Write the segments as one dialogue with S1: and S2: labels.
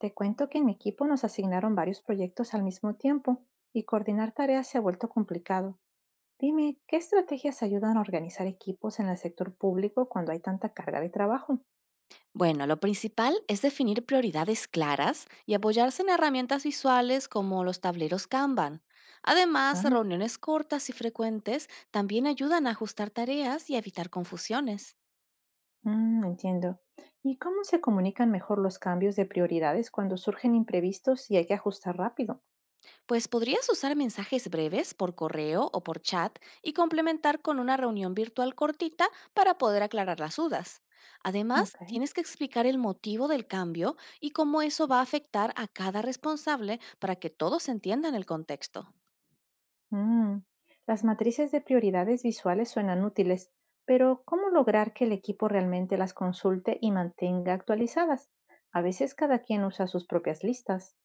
S1: Te cuento que en mi equipo nos asignaron varios proyectos al mismo tiempo y coordinar tareas se ha vuelto complicado. Dime, ¿qué estrategias ayudan a organizar equipos en el sector público cuando hay tanta carga de trabajo?
S2: Bueno, lo principal es definir prioridades claras y apoyarse en herramientas visuales como los tableros Kanban. Además,
S1: Ah,
S2: reuniones cortas y frecuentes también ayudan a ajustar tareas y a evitar confusiones.
S1: entiendo. ¿Y cómo se comunican mejor los cambios de prioridades cuando surgen imprevistos y hay que ajustar rápido?
S2: Pues podrías usar mensajes breves por correo o por chat y complementar con una reunión virtual cortita para poder aclarar las dudas. Además,
S1: Ok.
S2: tienes que explicar el motivo del cambio y cómo eso va a afectar a cada responsable para que todos entiendan el contexto.
S1: Mm, Las matrices de prioridades visuales suenan útiles, pero ¿cómo lograr que el equipo realmente las consulte y mantenga actualizadas? A veces cada quien usa sus propias listas.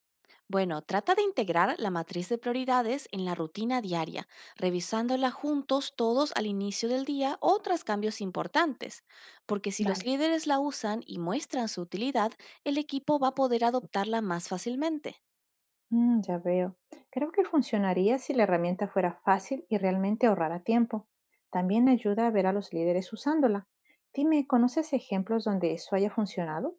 S2: Bueno, trata de integrar la matriz de prioridades en la rutina diaria, revisándola juntos todos al inicio del día o tras cambios importantes, porque si los
S1: Vale,
S2: líderes la usan y muestran su utilidad, el equipo va a poder adoptarla más fácilmente.
S1: ya veo. Creo que funcionaría si la herramienta fuera fácil y realmente ahorrara tiempo. También ayuda a ver a los líderes usándola. Dime, ¿conoces ejemplos donde eso haya funcionado?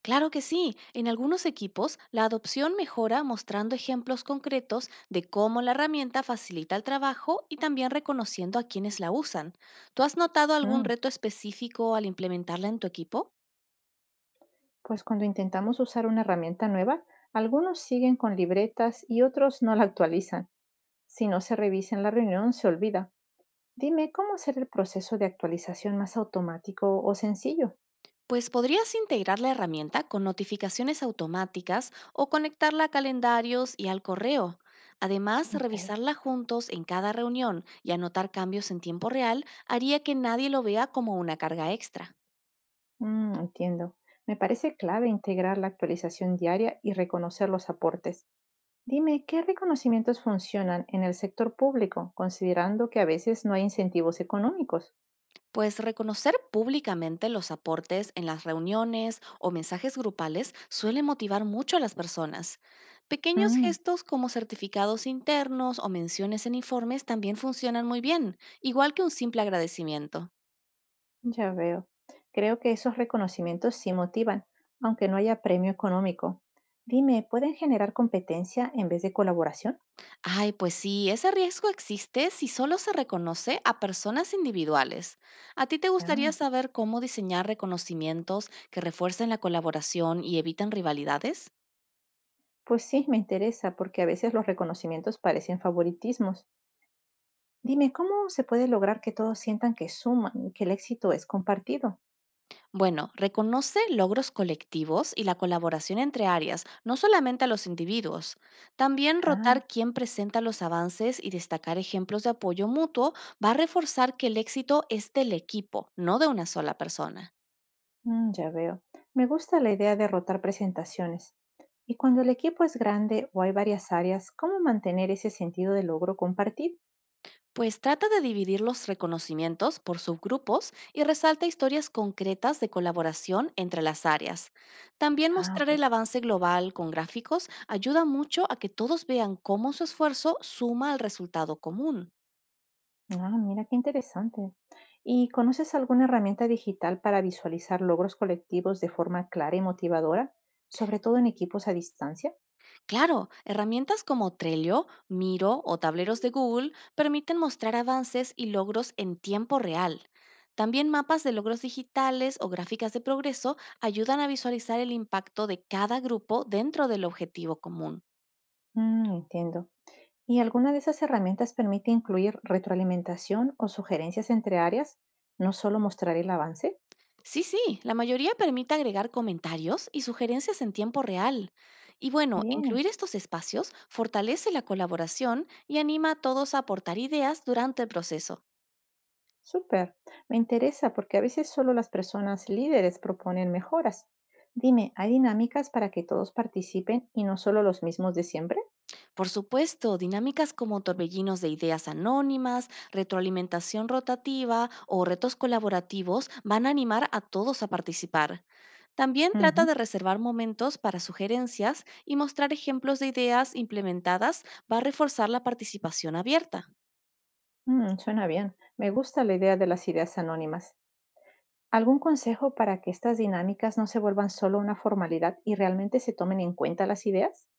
S2: Claro que sí, en algunos equipos la adopción mejora mostrando ejemplos concretos de cómo la herramienta facilita el trabajo y también reconociendo a quienes la usan. ¿Tú has notado algún
S1: Mm,
S2: reto específico al implementarla en tu equipo?
S1: Pues cuando intentamos usar una herramienta nueva, algunos siguen con libretas y otros no la actualizan. Si no se revisa en la reunión, se olvida. Dime, ¿cómo hacer el proceso de actualización más automático o sencillo?
S2: Pues podrías integrar la herramienta con notificaciones automáticas o conectarla a calendarios y al correo. Además,
S1: Ok,
S2: revisarla juntos en cada reunión y anotar cambios en tiempo real haría que nadie lo vea como una carga extra.
S1: entiendo. Me parece clave integrar la actualización diaria y reconocer los aportes. Dime, ¿qué reconocimientos funcionan en el sector público, considerando que a veces no hay incentivos económicos?
S2: Pues reconocer públicamente los aportes en las reuniones o mensajes grupales suele motivar mucho a las personas. Pequeños
S1: Mm,
S2: gestos como certificados internos o menciones en informes también funcionan muy bien, igual que un simple agradecimiento.
S1: ya veo. Creo que esos reconocimientos sí motivan, aunque no haya premio económico. Dime, ¿pueden generar competencia en vez de colaboración?
S2: Ay, pues sí, ese riesgo existe si solo se reconoce a personas individuales. ¿A ti te gustaría
S1: Ah.
S2: saber cómo diseñar reconocimientos que refuercen la colaboración y eviten rivalidades?
S1: Pues sí, me interesa, porque a veces los reconocimientos parecen favoritismos. Dime, ¿cómo se puede lograr que todos sientan que suman y que el éxito es compartido?
S2: Bueno, reconoce logros colectivos y la colaboración entre áreas, no solamente a los individuos. También rotar
S1: Ah,
S2: quién presenta los avances y destacar ejemplos de apoyo mutuo va a reforzar que el éxito es del equipo, no de una sola persona.
S1: ya veo. Me gusta la idea de rotar presentaciones. Y cuando el equipo es grande o hay varias áreas, ¿cómo mantener ese sentido de logro compartido?
S2: Pues trata de dividir los reconocimientos por subgrupos y resalta historias concretas de colaboración entre las áreas. También
S1: Ah,
S2: mostrar el
S1: ok.
S2: avance global con gráficos ayuda mucho a que todos vean cómo su esfuerzo suma al resultado común.
S1: Ah, mira qué interesante. ¿Y conoces alguna herramienta digital para visualizar logros colectivos de forma clara y motivadora, sobre todo en equipos a distancia?
S2: Claro, herramientas como Trello, Miro o tableros de Google permiten mostrar avances y logros en tiempo real. También mapas de logros digitales o gráficas de progreso ayudan a visualizar el impacto de cada grupo dentro del objetivo común.
S1: Entiendo. ¿Y alguna de esas herramientas permite incluir retroalimentación o sugerencias entre áreas? No solo mostrar el avance.
S2: Sí, sí, la mayoría permite agregar comentarios y sugerencias en tiempo real. Y bueno,
S1: Bien,
S2: incluir estos espacios fortalece la colaboración y anima a todos a aportar ideas durante el proceso.
S1: súper. Me interesa porque a veces solo las personas líderes proponen mejoras. Dime, ¿hay dinámicas para que todos participen y no solo los mismos de siempre?
S2: Por supuesto, dinámicas como torbellinos de ideas anónimas, retroalimentación rotativa o retos colaborativos van a animar a todos a participar. También trata
S1: Ujú.
S2: de reservar momentos para sugerencias y mostrar ejemplos de ideas implementadas va a reforzar la participación abierta.
S1: Suena bien. Me gusta la idea de las ideas anónimas. ¿Algún consejo para que estas dinámicas no se vuelvan solo una formalidad y realmente se tomen en cuenta las ideas?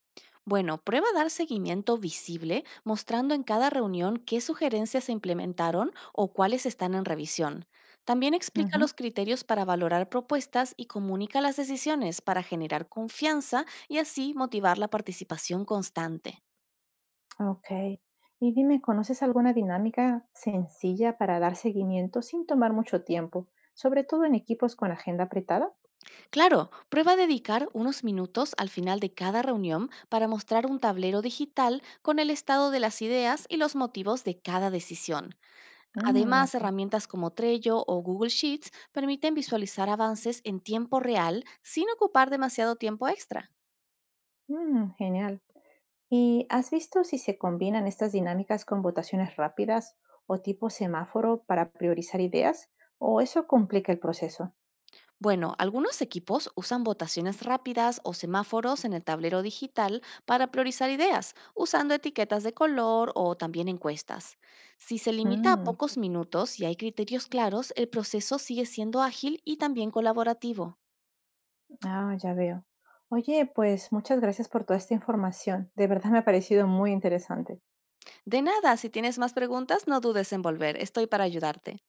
S2: Bueno, prueba a dar seguimiento visible, mostrando en cada reunión qué sugerencias se implementaron o cuáles están en revisión. También explica
S1: Ujú.
S2: los criterios para valorar propuestas y comunica las decisiones para generar confianza y así motivar la participación constante.
S1: Okey. Y dime, ¿conoces alguna dinámica sencilla para dar seguimiento sin tomar mucho tiempo, sobre todo en equipos con agenda apretada?
S2: Claro, prueba a dedicar unos minutos al final de cada reunión para mostrar un tablero digital con el estado de las ideas y los motivos de cada decisión. Además,
S1: Okey.
S2: herramientas como Trello o Google Sheets permiten visualizar avances en tiempo real sin ocupar demasiado tiempo extra.
S1: Genial. ¿Y has visto si se combinan estas dinámicas con votaciones rápidas o tipo semáforo para priorizar ideas, o eso complica el proceso?
S2: Bueno, algunos equipos usan votaciones rápidas o semáforos en el tablero digital para priorizar ideas, usando etiquetas de color o también encuestas. Si se limita a
S1: Mm,
S2: pocos minutos y hay criterios claros, el proceso sigue siendo ágil y también colaborativo.
S1: ah, ya veo. Oye, pues muchas gracias por toda esta información. De verdad me ha parecido muy interesante.
S2: De nada, si tienes más preguntas, no dudes en volver, estoy para ayudarte.